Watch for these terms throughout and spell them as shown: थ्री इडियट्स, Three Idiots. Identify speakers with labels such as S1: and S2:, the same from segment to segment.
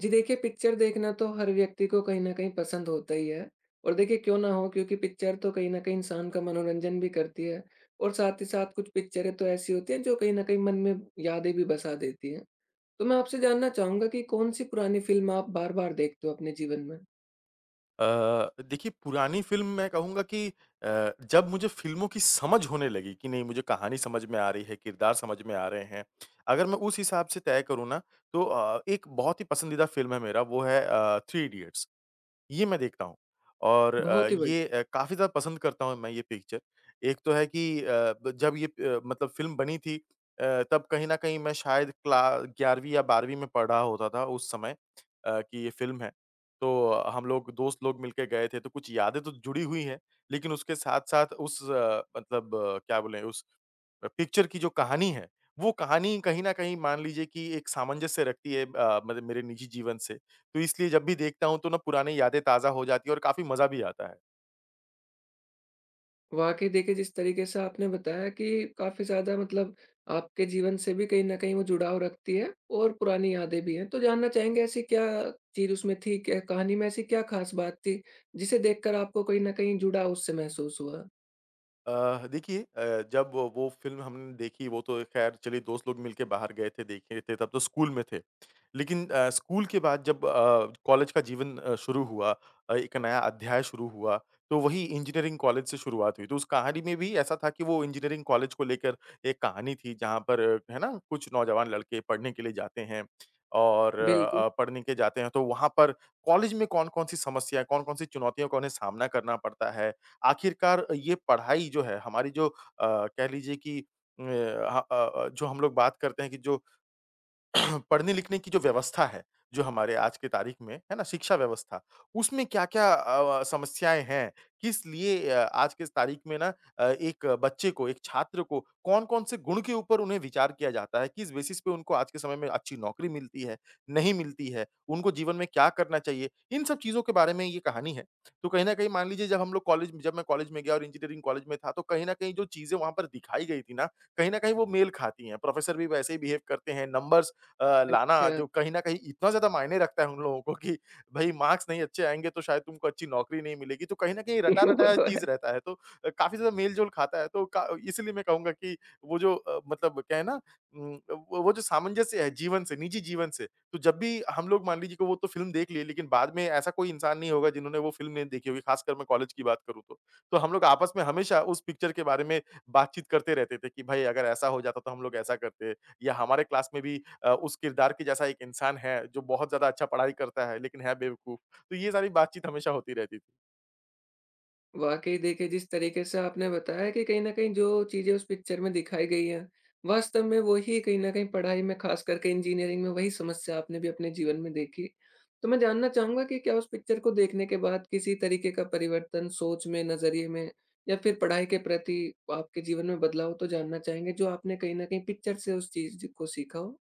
S1: जी देखिए, picture देखना तो हर व्यक्ति को कहीं न कहीं पसंद होता ही है। और देखिए क्यों ना हो, क्योंकि पिक्चर तो कहीं न कहीं इंसान का मनोरंजन भी करती है। और साथ ही साथ कुछ पिक्चरें तो ऐसी होती हैं जो कहीं न कहीं मन में यादें भी बसा देती हैं। तो मैं आपसे जानना चाहूँगा कि कौन-सी पुरानी फ़िल्म आप बार-बार देखते हो अपने जीवन में?
S2: अ, देखिए पुरानी फ़िल्म मैं कहूँगा कि जब मुझे फ़िल्मों की समझ होने लगी कि नहीं मुझे कहानी समझ में आ रही है, किरदार समझ में आ रहे हैं। अगर मैं उस हिसाब से तय करूँ ना तो एक बहुत ही पसंदीदा फ़िल्म है मेरा वो है थ्री इडियट्स। ये मैं देखता हूँ और
S1: बहुत ही
S2: ये
S1: बढ़िया।
S2: काफ़ी ज़्यादा पसंद करता हूँ मैं ये पिक्चर। एक तो है कि ब जब ये मतलब फ़िल्म बनी थी तब कहीं न कहीं मैं शायद क्ला 11वीं या 12वीं में पढ़ रहा होता था उस समय कि ये फ़िल्म है। तो हम लोग दोस्त लोग मिलके गए थे, तो कुछ यादें तो जुड़ी हुई हैं, लेकिन उसके साथ-साथ उस मतलब क्या बोलें उस पिक्चर की जो कहानी है, वो कहानी कहीं न कहीं मान लीजिए कि एक सामंजस्य रखती है मतलब मेरे निजी जीवन से। तो इसलिए जब भी देखता हूँ तो ना पुरानी यादें ताज़ा हो जाती है और काफ़ी मज़ा भी आता है।
S1: वाक़ई देखिए, जिस तरीके से आपने बताया कि काफ़ी ज़्यादा मतलब आपके जीवन से भी कहीं न कहीं वो जुड़ाव रखती है और पुरानी यादें भी हैं। तो जानना चाहेंगे, ऐसी क्या चीज़ उसमें थी, क्या कहानी में ऐसी क्या ख़ास बात थी, जिसे देखकर आपको कहीं न कहीं जुड़ाव उससे महसूस हुआ?
S2: देखिए जब वो फ़िल्म हमने देखी वो तो ख़ैर चलिए दोस्त लोग मिलके बाहर गए थे, देखे थे, तब तो स्कूल में थे। लेकिन स्कूल के बाद जब कॉलेज का जीवन शुरू हुआ एक नया अध्याय शुरू हुआ, तो वही इंजीनियरिंग कॉलेज से शुरुआत हुई। तो उस कहानी में भी ऐसा था कि वो इंजीनियरिंग कॉलेज को लेकर एक कहानी थी जहाँ पर है ना, कुछ नौजवान लड़के पढ़ने के लिए जाते हैं और
S1: बिल्कुल,
S2: पढ़ने के जाते हैं तो वहाँ पर कॉलेज में कौन-कौन सी समस्या, कौन-कौन सी चुनौतियों का उन्हें सामना करना पड़ता है। आखिरकार ये पढ़ाई जो है हमारी जो कह लीजिए कि जो हम लोग बात करते हैं कि जो पढ़ने लिखने की जो व्यवस्था है, जो हमारे आज की तारीख में, है ना? शिक्षा व्यवस्था, उसमें क्या-क्या समस्याएँ हैं? किस लिए आज के इस तारीख में ना एक बच्चे को, एक छात्र को कौन-कौन से गुण के ऊपर उन्हें विचार किया जाता है? किस बेसिस पे उनको आज के समय में अच्छी नौकरी मिलती है, नहीं मिलती है? उनको जीवन में क्या करना चाहिए? इन सब चीज़ों के बारे में ये कहानी है। तो कहीं न कहीं मान लीजिए जब हम लोग कॉलेज जब मैं कॉलेज में गया और इंजीनियरिंग कॉलेज में था, तो कहीं न कहीं जो चीज़ें वहाँ पर दिखाई गई थी ना, कहीं न कहीं वो मेल खाती हैं। प्रोफ़ेसर भी वैसे ही बिहेव करते हैं, नंबर्स लाना
S1: अच्छा।
S2: जो कहीं न कहीं इतना ज़्यादा मायने रखता है उन लोगों को कि भई मार्क्स नहीं अच्छे आएँगे तो शायद तुमको अच्छी नौकरी नहीं मिलेगी, तो कहीं न कहीं
S1: वो
S2: रटा-रटाया
S1: तो।
S2: चीज़ रहता है, तो काफ़ी ज़्यादा मेल-जोल खाता है। तो का इसलिए मैं कहूँगा कि वो जो मतलब क्या है ना वो जो सामंजस्य है जीवन से, निजी जीवन से, तो जब भी हम लोग मान लीजिए कि वो तो फ़िल्म देख लिए, लेकिन बाद में ऐसा कोई इंसान नहीं होगा जिन्होंने वो फ़िल्म नहीं देखी होगी, ख़ासकर मैं कॉलेज की बात करूँ तो। तो हम लोग आपस में हमेशा उस पिक्चर के बारे में बातचीत करते रहते थे कि भई अगर ऐसा हो जाता तो हम लोग ऐसा करते या हमारे क्लास में भी उस किरदार के जैसा एक इंसान है, जो बहुत ज़्यादा अच्छा पढ़ाई करता है, लेकिन है बेवकूफ़। तो ये सारी बातचीत हमेशा होती रहती थी।
S1: वाक़ई देखिए, जिस तरीके से आपने बताया कि कहीं न कहीं जो चीज़ें उस पिक्चर में दिखाई गई हैं, वास्तव में वही कहीं न कहीं पढ़ाई में ख़ास करके इंजीनियरिंग में वही समस्या आपने भी अपने जीवन में देखी। तो मैं जानना चाहूँगा कि क्या उस पिक्चर को देखने के बाद किसी तरीके का परिवर्तन सोच में, नज़रिए में या फिर पढ़ाई के प्रति आपके जीवन में बदलाव, तो जानना चाहेंगे जो आपने कहीं न कहीं पिक्चर से उस चीज़ को सीखा हो?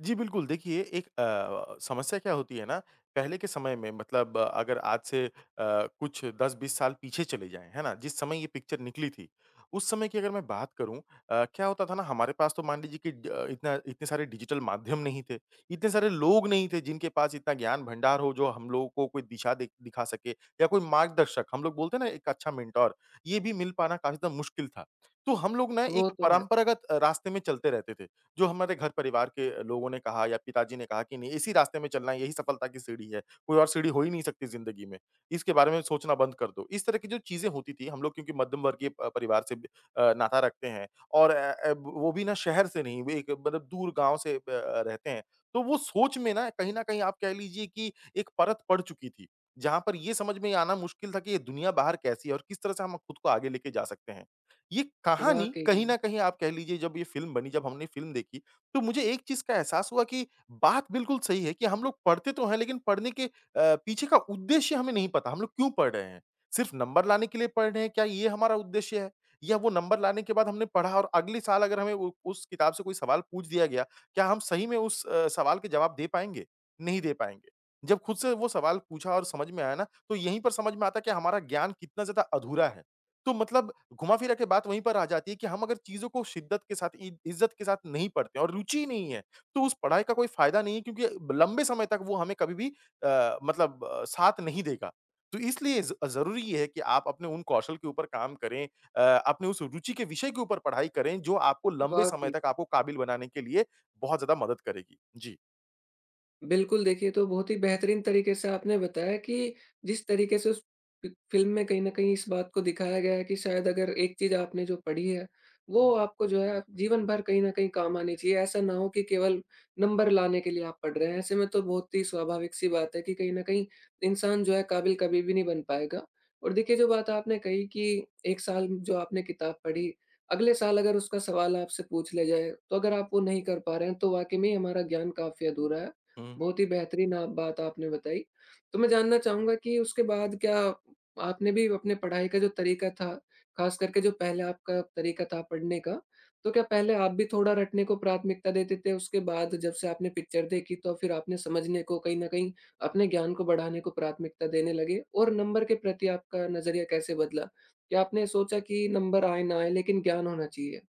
S2: जी, बिल्कुल। देखिए एक समस्या क्या होती है ना, पहले के समय में मतलब अगर आज से कुछ 10-20 साल पीछे चले जाएँ, है ना? जिस समय ये पिक्चर निकली थी, उस समय की अगर मैं बात करूँ क्या होता था ना हमारे पास तो मान लीजिए कि इतना इतने सारे डिजिटल माध्यम नहीं थे, इतने सारे लोग नहीं थे जिनके पास इतना ज्ञान भंडार हो जो हम लोगों को कोई दिशा दे दिखा सके या कोई मार्गदर्शक, हम लोग बोलते हैं ना एक अच्छा मेंटर, ये भी मिल पाना काफ़ी ज़्यादा मुश्किल था। तो हम लोग ना
S1: वो
S2: एक
S1: तो है।
S2: परंपरागत रास्ते में चलते रहते थे। जो हमारे घर परिवार के लोगों ने कहा या पिताजी ने कहा कि नहीं इसी रास्ते में चलना है, यही सफलता की सीढ़ी है, कोई और सीढ़ी हो ही नहीं सकती ज़िंदगी में, इसके बारे में सोचना बंद कर दो। इस तरह की जो चीज़ें होती थी, हम लोग क्योंकि मध्यम वर्गीय प परिवार से भी, नाता रखते हैं और वो भी ना शहर से नहीं, वो एक मतलब दूर गाँव से रहते हैं। तो वो सोच में ना कहीं न कहीं आप कह लीजिए कि एक परत पड़ चुकी थी, जहाँ पर ये समझ में आना मुश्किल था कि ये दुनिया बाहर कैसी है और किस तरह से हम खुद को आगे लेके जा सकते हैं। ये कहानी
S1: वाक़ई
S2: कहीं
S1: में।
S2: न कहीं आप कह लीजिए जब ये फ़िल्म बनी, जब हमने फ़िल्म देखी, तो मुझे एक चीज़ का एहसास हुआ कि बात बिल्कुल सही है कि हम लोग पढ़ते तो हैं लेकिन पढ़ने के पीछे का उद्देश्य हमें नहीं पता, हम लोग क्यों पढ़ रहे हैं? सिर्फ़ नंबर लाने के लिए पढ़ रहे हैं, क्या ये हमारा उद्देश्य है? या वो नंबर लाने के बाद हमने पढ़ा और अगले साल अगर हमें उ उस किताब से कोई सवाल पूछ दिया गया, क्या हम सही में उस सवाल के जवाब दे पाएँगे? नहीं दे पाएँगे। जब खुद से वो सवाल पूछा और समझ में आया ना, तो यहीं पर समझ में आता है कि हमारा ज्ञान कितना ज़्यादा अधूरा है। तो मतलब घुमा-फिरा के बात वहीं पर आ जाती है कि हम अगर चीज़ों को शिद्दत के साथ, इ इज़्ज़त के साथ नहीं पढ़ते हैं और रुचि ही नहीं है, तो उस पढ़ाई का कोई फ़ायदा नहीं है क्योंकि ब लंबे समय तक वो हमें कभी भी मतलब साथ नहीं देगा। तो इसलिए ज़ ज़रूरी ये है कि आप अपने उन कौशल के ऊपर काम करें अ, अपने उस रुचि के विषय के ऊपर पढ़ाई करें, जो आपको लंबे समय
S1: वाक़ई।
S2: तक आपको काबिल बनाने के लिए बहुत ज़्यादा मदद करेगी। जी।
S1: बिल्कुल, देखिए तो बहुत ही बेहतरीन तरीके से आपने बताया कि जिस तरीके से उस फि फ़िल्म में कहीं न कहीं इस बात को दिखाया गया है कि शायद अगर एक चीज़ आपने जो पढ़ी है, वो आपको जो है जीवन भर कहीं न कहीं काम आनी चाहिए। ऐसा ना हो कि केवल नंबर लाने के लिए आप पढ़ रहे हैं। ऐसे में तो बहुत ही स्वाभाविक-सी बात है कि कहीं न कहीं इंसान जो है काबिल कभी भी नहीं बन पाएगा। और देखिए जो बात आपने कही कि 1 साल जो आपने किताब पढ़ी, अगले साल अगर उसका सवाल आपसे पूछ लिया जाए, तो अगर आप वो नहीं कर पा रहे हैं, तो वाक़ई में हमारा ज्ञान काफ़ी अधूरा है।
S2: हुँ।
S1: बहुत ही बेहतरीन आप बात आपने बताई। तो मैं जानना चाहूँगा कि उसके बाद क्या आपने भी अपने पढ़ाई का जो तरीका था, ख़ास करके जो पहले आपका तरीका था पढ़ने का, तो क्या पहले आप भी थोड़ा रटने को प्राथमिकता देते थे, उसके बाद जब से आपने पिक्चर देखी तो फिर आपने समझने को कहीं न कहीं अपने ज्ञान को बढ़ाने को प्राथमिकता देने लगे? और नंबर के प्रति आपका नज़रिया कैसे बदला? क्या आपने सोचा कि नंबर आए ना आए लेकिन ज्ञान होना चाहिए?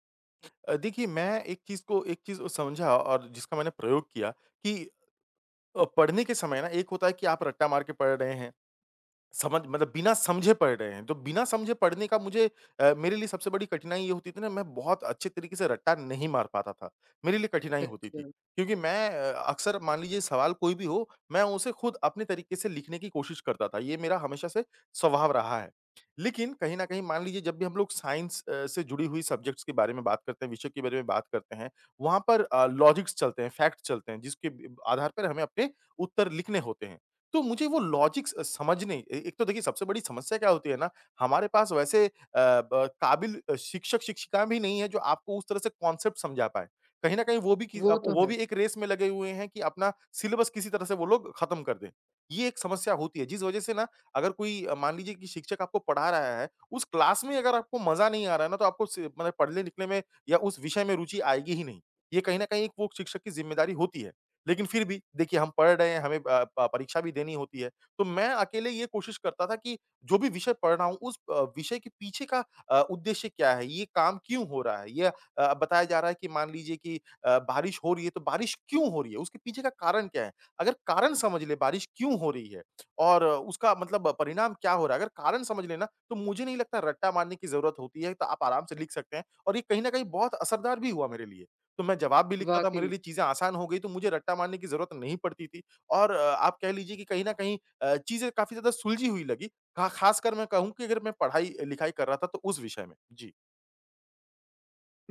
S2: देखिए मैं एक चीज़ को एक चीज़ समझा और जिसका मैंने प्रयोग किया कि पढ़ने के समय ना एक होता है कि आप रट्टा मार के पढ़ रहे हैं। समझ मतलब बिना समझे पढ़ रहे हैं, तो बिना समझे पढ़ने का मुझे मेरे लिए सबसे बड़ी कठिनाई ये होती थी ना मैं बहुत अच्छे तरीके से रट्टा नहीं मार पाता था। मेरे लिए कठिनाई होती
S1: अच्छा।
S2: थी, क्योंकि मैं अक्सर मान लीजिए सवाल कोई भी हो, मैं उसे खुद अपने तरीके से लिखने की कोशिश करता था, ये मेरा हमेशा से स्वभाव रहा है। लेकिन कहीं न कहीं मान लीजिए जब भी हम लोग साइंस से जुड़ी हुई सब्जेक्ट्स के बारे में बात करते हैं, विषय के बारे में बात करते हैं, वहाँ पर लॉजिक्स चलते हैं, फैक्ट्स चलते हैं, जिसके ब आधार पर हमें अपने उत्तर लिखने होते हैं। तो मुझे वो लॉजिक्स समझ नहीं ए एक तो देखिए सबसे बड़ी समस्या क्या होती है ना, हमारे पास वैसे ब काबिल शिक्षक-शिक्षिकाएँ भी नहीं है जो आपको उस तरह से कॉन्सेप्ट समझा पाएँ। कहीं न कहीं वो भी कि
S1: वो
S2: अब
S1: तो
S2: वो
S1: है।
S2: भी एक रेस में लगे हुए हैं कि अपना सिलेबस किसी तरह से वो लोग खत्म कर दें। ये एक समस्या होती है जिस वजह से ना अगर कोई मान लीजिए कि शिक्षक आपको पढ़ा रहा है, उस क्लास में अगर आपको मज़ा नहीं आ रहा है ना तो आपको से मतलब पढ़ने-लिखने में या उस विषय में रुचि आएगी ही नहीं। ये कहीं न कहीं एक वो शिक्षक की ज़िम्मेदारी होती है। लेकिन फिर भी देखिए हम पढ़ रहे हैं, हमें प परीक्षा भी देनी होती है। तो मैं अकेले ये कोशिश करता था कि जो भी विषय पढ़ रहा हूँ उस विषय के पीछे का उद्देश्य क्या है? ये काम क्यों हो रहा है? ये बताया जा रहा है कि मान लीजिए कि बारिश हो रही है तो बारिश क्यों हो रही है? उसके पीछे का कारण क्या है? अगर कारण समझ लें बारिश क्यों हो रही है और उसका मतलब परिणाम क्या हो रहा है? अगर कारण समझ लें ना तो मुझे नहीं लगता रट्टा मारने की ज़रूरत होती है, तो आप आराम से लिख सकते हैं और ये कहीं न कहीं बहुत असरदार भी हुआ मेरे लिए। तो मैं जवाब भी लिखता था, मेरे
S1: वाक़ई।
S2: लिए चीज़ें आसान हो गई, तो मुझे रट्टा मारने की ज़रूरत नहीं पड़ती थी और आप कह लीजिए कि कहीं न कहीं चीज़ें काफ़ी ज़्यादा सुलझी हुई लगी। खा ख़ासकर मैं कहूँ कि अगर मैं पढ़ाई-लिखाई कर रहा था, तो उस विषय में। जी।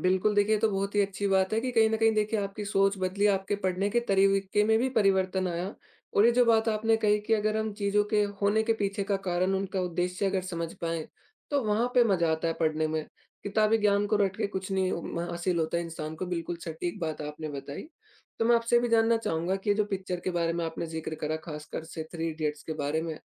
S1: बिल्कुल, देखिए ये तो बहुत ही अच्छी बात है कि कहीं न कहीं देखिए आपकी सोच बदली, आपके पढ़ने के तरीके में भी परिवर्तन आया। और ये जो बात आपने कही कि अगर हम चीज़ों के होने के पीछे का कारण, उनका उद्देश्य अगर समझ पाएँ, तो वहाँ पे मज़ा आता है पढ़ने में। किताबी ज्ञान को रट के कुछ नहीं म हासिल होता है इंसान को, बिल्कुल सटीक बात आपने बताई। तो मैं आपसे भी जानना चाहूँगा कि ये जो पिक्चर के बारे में आपने ज़िक्र करा, ख़ासकर से थ्री इडियट्स के बारे में,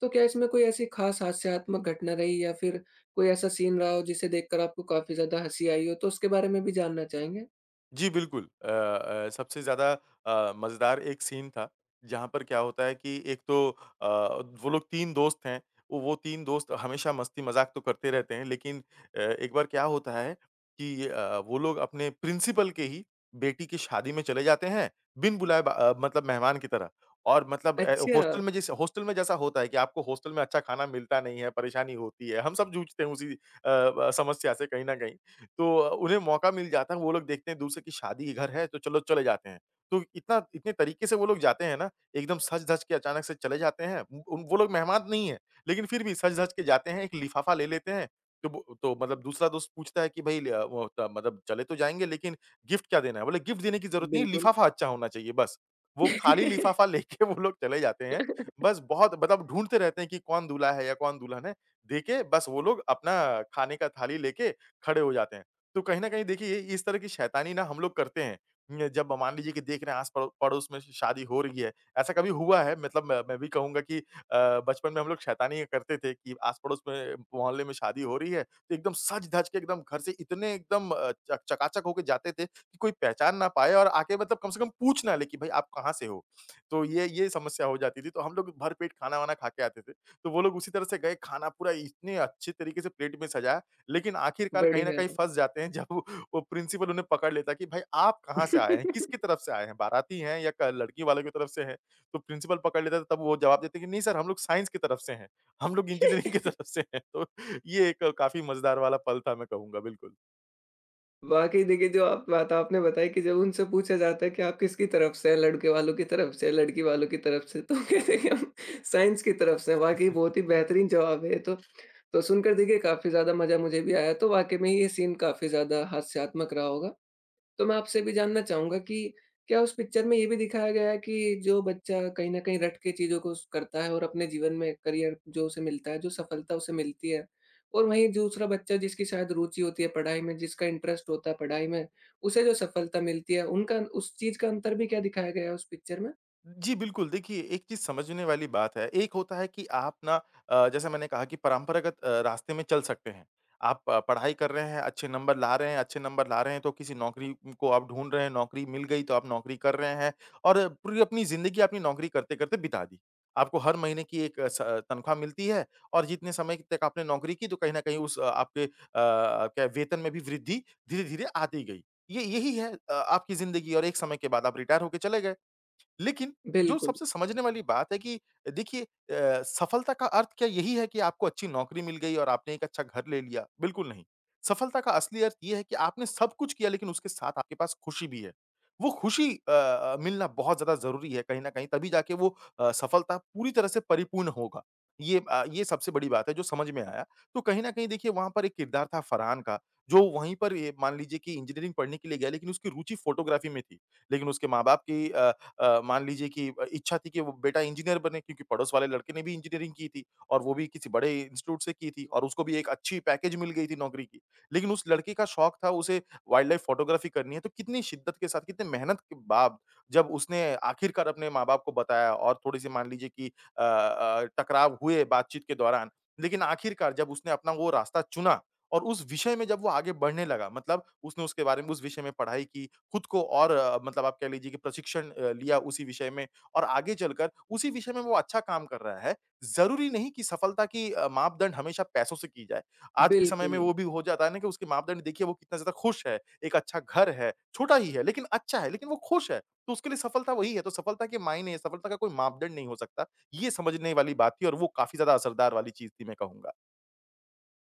S1: तो क्या इसमें कोई ऐसी ख़ास हास्यात्मक घटना रही या फिर कोई ऐसा सीन रहा हो जिसे देखकर आपको काफ़ी ज़्यादा हँसी आई हो, तो उसके बारे में भी जानना चाहेंगे?
S2: जी, बिल्कुल। सबसे ज़्यादा मज़ेदार एक सीन था, जहाँ पर क्या होता है कि एक तो अ, वो लोग 3 दोस्त हैं। वो 3 दोस्त हमेशा मस्ती-मज़ाक तो करते रहते हैं, लेकिन एक बार क्या होता है कि वो लोग अपने प्रिंसिपल के ही बेटी की शादी में चले जाते हैं, बिन बुलाए मतलब मेहमान की तरह। और मतलब
S1: अच्छा,
S2: हॉस्टल में जैसे हॉस्टल में जैसा होता है कि आपको हॉस्टल में अच्छा खाना मिलता नहीं है, परेशानी होती है। हम सब जूझते हैं उसी ब समस्या से कहीं न कहीं। तो उन्हें मौका मिल जाता है, वो लोग देखते हैं दूर से कि शादी के घर है तो चलो चले जाते हैं। तो इतना इतने तरीके से वो लोग जाते हैं ना, एकदम सज-धज के अचानक से चले जाते हैं। उन वो लोग मेहमान नहीं है, लेकिन फिर भी सज-धज के जाते हैं, एक लिफाफा ले लेते हैं। तो वो तो मतलब दूसरा दोस्त पूछता है कि भई ल वो त मतलब चले तो जाएँगे लेकिन गिफ्ट क्या देना है? बोले गिफ्ट देने की ज़रूरत नहीं है,
S1: बिल्कुल।
S2: लिफाफा अच्छा होना चाहिए बस। वो खाली लिफाफा लेके वो लोग चले जाते हैं। बस बहुत मतलब ढूँढते रहते हैं कि कौन दूल्हा है या कौन दुल्हन है। देके बस वो लोग अपना खाने का थाली लेके खड़े हो जाते हैं। तो कहीं न कहीं देखिए ये इस तरह की शैतानी ना हम लोग करते हैं। न जब मान लीजिए कि देख रहे हैं आस-पड़ो पड़ोस में शादी हो रही है। ऐसा कभी हुआ है मतलब मैं भी कहूँगा कि बचपन में हम लोग शैतानी करते थे कि आस-पड़ोस में मोहल्ले में शादी हो रही है, तो एकदम सज-धज के एकदम घर से इतने एकदम चक चकाचक होके जाते थे कि कोई पहचान ना पाए और आके मतलब कम से कम पूछ ना ले कि भाई आप कहाँ से हो? तो ये समस्या हो जाती थी, तो हम लोग भरपेट खाना-वाना खा के आते थे। तो वो लोग उसी तरह से गए खाना पूरा इतने अच्छे तरीके से प्लेट में सजाया लेकिन आखिरकार कहीं न
S1: बढ़िया।
S2: कहीं फँस जाते हैं जब वो प्रिंसिपल उन्हें पकड़ लेता है कि भाई आप कहाँ से आए हैं? किसकी तरफ से आए हैं? बाराती हैं या क लड़की वालों की तरफ से हैं? तो प्रिंसिपल पकड़ लेता है तब वो जवाब देते हैं कि नहीं सर हम लोग साइंस की तरफ से हैं, हम लोग इंजीनियरिंग की तरफ से हैं। तो ये एक काफ़ी मज़ेदार वाला पल था मैं कहूँगा, बिल्कुल।
S1: वाक़ई देखिए, जो आप बात आपने बताई कि जब उनसे पूछा जाता है कि आप किसकी तरफ से हैं, लड़के वालों की तरफ से, लड़की वालों की तरफ से, तो कहते हैं कि हम साइंस की तरफ से हैं। वाक़ई बहुत ही बेहतरीन जवाब है ये तो। तो सुनकर देखिए काफ़ी ज़्यादा मज़ा मुझे भी आया, तो वाक़ई में ये सीन काफ़ी ज़्यादा हास्यात्मक रहा होगा। तो मैं आपसे भी जानना चाहूँगा कि क्या उस पिक्चर में ये भी दिखाया गया है कि जो बच्चा कहीं न कहीं रट के चीज़ों को स करता है और अपने जीवन में करियर जो उसे मिलता है, जो सफलता उसे मिलती है और वहीं दूसरा बच्चा जिसकी शायद रुचि होती है पढ़ाई में, जिसका इंटरेस्ट होता है पढ़ाई में, उसे जो सफलता मिलती है, उनका उस चीज़ का अंतर भी क्या दिखाया गया है उस पिक्चर में?
S2: जी, बिल्कुल। देखिए, एक चीज़ समझने वाली बात है। एक होता है कि आप ना जैसे मैंने कहा कि परंपरागत रास्ते में चल सकते हैं। आप प पढ़ाई कर रहे हैं, अच्छे नंबर ला रहे हैं, अच्छे नंबर ला रहे हैं तो किसी नौकरी को आप ढूँढ रहे हैं, नौकरी मिल गई तो आप नौकरी कर रहे हैं और पूरी अपनी ज़िंदगी आपने नौकरी करते-करते बिता दी। आपको हर महीने की एक तनख्वाह मिलती है और जितने समय तक आपने नौकरी की तो कहीं न कहीं उस आपके क्या वेतन में भी वृद्धि धीरे-धीरे आती गई। ये यही है आपकी ज़िंदगी और एक समय के बाद आप रिटायर होके चले गए। लेकिन जो
S1: बिल्कुल,
S2: सबसे समझने वाली बात है कि देखिए सफलता का अर्थ क्या यही है कि आपको अच्छी नौकरी मिल गई और आपने एक अच्छा घर ले लिया? बिल्कुल नहीं। सफलता का असली अर्थ ये है कि आपने सब कुछ किया लेकिन उसके साथ आपके पास खुशी भी है। वो खुशी मिलना बहुत ज़्यादा ज़रूरी है कहीं न कहीं तभी जाके वो सफलता पूरी तरह से परिपूर्ण होगा। ये सबसे बड़ी बात है जो समझ में आया। तो कहीं न कहीं देखिए वहाँ पर एक किरदार था फरहान का, जो वहीं पर ये मान लीजिए कि इंजीनियरिंग पढ़ने के लिए गया लेकिन उसकी रुचि फ़ोटोग्राफ़ी में थी। लेकिन उसके माँ-बाप की मान लीजिए कि इच्छा थी कि वो बेटा इंजीनियर बने क्योंकि पड़ोस वाले लड़के ने भी इंजीनियरिंग की थी और वो भी किसी बड़े इंस्टीट्यूट से की थी और उसको भी एक अच्छी पैकेज मिल गई थी नौकरी की। लेकिन उस लड़के का शौक था उसे वाइल्ड लाइफ फोटोग्राफी करनी है तो कितनी शिद्दत के साथ, कितनी मेहनत के बाद जब उसने आखिरकार अपने माँ-बाप को बताया और थोड़ी-सी मान लीजिए कि टकराव हुए बातचीत के दौरान। लेकिन आखिरकार जब उसने अपना वो रास्ता चुना और उस विषय में जब वो आगे बढ़ने लगा मतलब उसने उसके बारे में उस विषय में पढ़ाई की खुद को और मतलब आप कह लीजिए कि प्रशिक्षण लिया उसी विषय में और आगे चलकर उसी विषय में वो अच्छा काम कर रहा है, ज़रूरी नहीं कि सफलता की मापदंड हमेशा पैसों से की जाए। आज के समय में
S1: बिल्कुल।
S2: वो भी हो जाता है ना कि उसके मापदंड देखिए वो कितना ज़्यादा खुश है, एक अच्छा घर है, छोटा ही है लेकिन अच्छा है, लेकिन वो खुश है, तो उसके लिए सफलता वही है। तो सफलता के मायने, सफलता का कोई मापदंड नहीं हो सकता, ये समझने वाली बात थी और वो काफ़ी ज़्यादा असरदार वाली चीज़ थी मैं कहूँगा।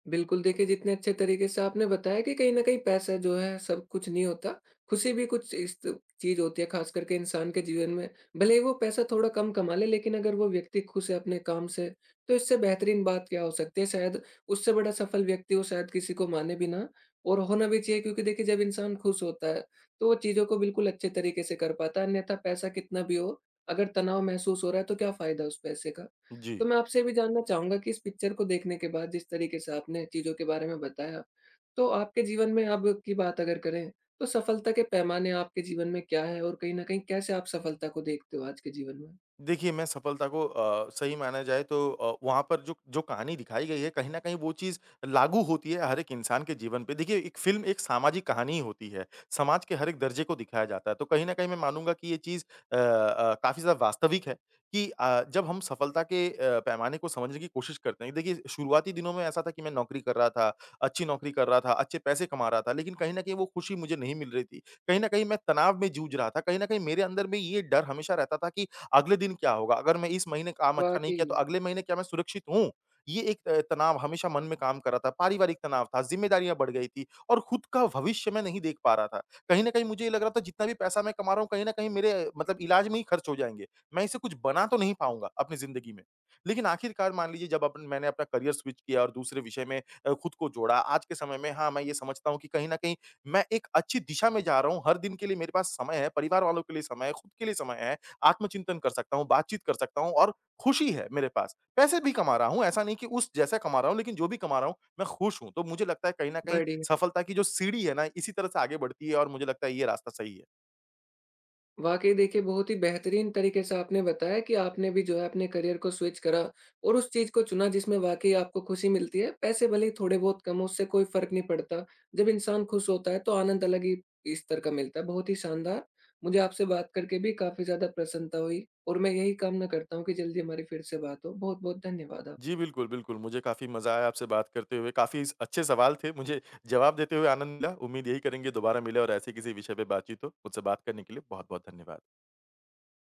S1: बिल्कुल, देखिए जितने अच्छे तरीके से आपने बताया कि कहीं न कहीं पैसा जो है सब कुछ नहीं होता, खुशी भी कुछ इस चीज़ होती है ख़ास करके इंसान के जीवन में। भले ही वो पैसा थोड़ा कम कमा ले लेकिन अगर वो व्यक्ति खुश है अपने काम से, तो इससे बेहतरीन बात क्या हो सकती है? शायद उससे बड़ा सफल व्यक्ति हो शायद किसी को माने भी ना, और होना भी चाहिए, क्योंकि देखिए जब इंसान खुश होता है, तो वो चीज़ों को बिल्कुल अच्छे तरीके से कर पाता है, अन्यथा पैसा कितना भी हो, अगर तनाव महसूस हो रहा है तो क्या फ़ायदा उस पैसे का?
S2: जी।
S1: तो मैं आपसे ये भी जानना चाहूँगा कि इस पिक्चर को देखने के बाद जिस तरीके से आपने चीज़ों के बारे में बताया, तो आपके जीवन में अब की बात अगर करें, तो सफलता के पैमाने आपके जीवन में क्या है? और कहीं न कहीं कैसे आप सफलता को देखते हो आज के जीवन में?
S2: देखिए, मैं सफलता को सही माना जाए तो वहाँ पर जो जो कहानी दिखाई गई है, कहीं न कहीं वो चीज़ लागू होती है हर एक इंसान के जीवन पे। देखिए, एक फ़िल्म एक सामाजिक कहानी ही होती है, समाज के हर एक दर्जे को दिखाया जाता है। तो कहीं न कहीं मैं मानूँगा कि ये चीज़ काफ़ी ज़्यादा वास्तविक है कि जब हम सफलता के पैमाने को समझने की कोशिश करते हैं। देखिए, शुरुआती दिनों में ऐसा था कि मैं नौकरी कर रहा था, अच्छी नौकरी कर रहा था, अच्छे पैसे कमा रहा था, लेकिन कहीं न कहीं वो खुशी मुझे नहीं मिल रही थी। कहीं न कहीं मैं तनाव में जूझ रहा था, कहीं न कहीं मेरे अंदर में ये डर हमेशा रहता था कि अगले दिन क्या होगा? अगर मैं इस महीने काम अच्छा नहीं
S1: वाक़ई।
S2: किया तो अगले महीने क्या मैं सुरक्षित हूँ? ये एक तनाव हमेशा मन में काम कर रहा था, पारिवारिक तनाव था, ज़िम्मेदारियाँ बढ़ गई थी और खुद का भविष्य मैं नहीं देख पा रहा था। कहीं न कहीं मुझे ये लग रहा था जितना भी पैसा मैं कमा रहा हूँ कहीं न कहीं मेरे मतलब इलाज में ही खर्च हो जाएँगे। मैं इससे कुछ बना तो नहीं पाऊँगा अपनी ज़िंदगी में। लेकिन आखिरकार मान लीजिए जब अपन मैंने अपना करियर स्विच किया और दूसरे विषय में खुद को जोड़ा, आज के समय में हाँ, मैं ये समझता हूँ कि कहीं न कहीं मैं एक अच्छी दिशा में जा रहा हूँ। हर दिन के लिए मेरे पास समय है, परिवार वालों के लिए समय है, खुद के लिए समय है। आत्मचिंतन कर सकता हूँ, बातचीत कर सकता हूँ और खुशी है मेरे पास। पैसे भी कमा रहा हूँ, ऐसा नहीं कि उस जैसा कमा रहा हूँ, लेकिन जो भी कमा रहा हूँ, मैं खुश हूँ। तो मुझे लगता है कहीं न कहीं
S1: बढ़िया।
S2: सफलता की जो सीढ़ी है ना, इसी तरह से आगे बढ़ती है और मुझे लगता है ये रास्ता सही है।
S1: वाक़ई देखिए, बहुत ही बेहतरीन तरीके से आपने बताया कि आपने भी जो है अपने करियर को स्विच करा और उस चीज़ को चुना जिसमें वाक़ई आपको खुशी मिलती है। पैसे भले ही थोड़े बहुत कम हों, उससे कोई फ़र्क नहीं पड़ता। जब इंसान खुश होता है तो आनंद अलग ही स्तर का मिलता है। बहुत ही शानदार! मुझे आपसे बात करके भी काफ़ी ज़्यादा प्रसन्नता हुई और मैं यही कामना करता हूँ कि जल्दी हमारी फिर से बात हो। बहुत-बहुत धन्यवाद
S2: जी,
S1: आपका।
S2: बिल्कुल, बिल्कुल। मुझे काफ़ी मज़ा आया आपसे बात करते हुए। काफ़ी स अच्छे सवाल थे, मुझे जवाब देते हुए आनंद मिला। उम्मीद यही करेंगे दोबारा मिले और ऐसे किसी विषय पे बातचीत हो। मुझसे बात करने के लिए बहुत-बहुत धन्यवाद।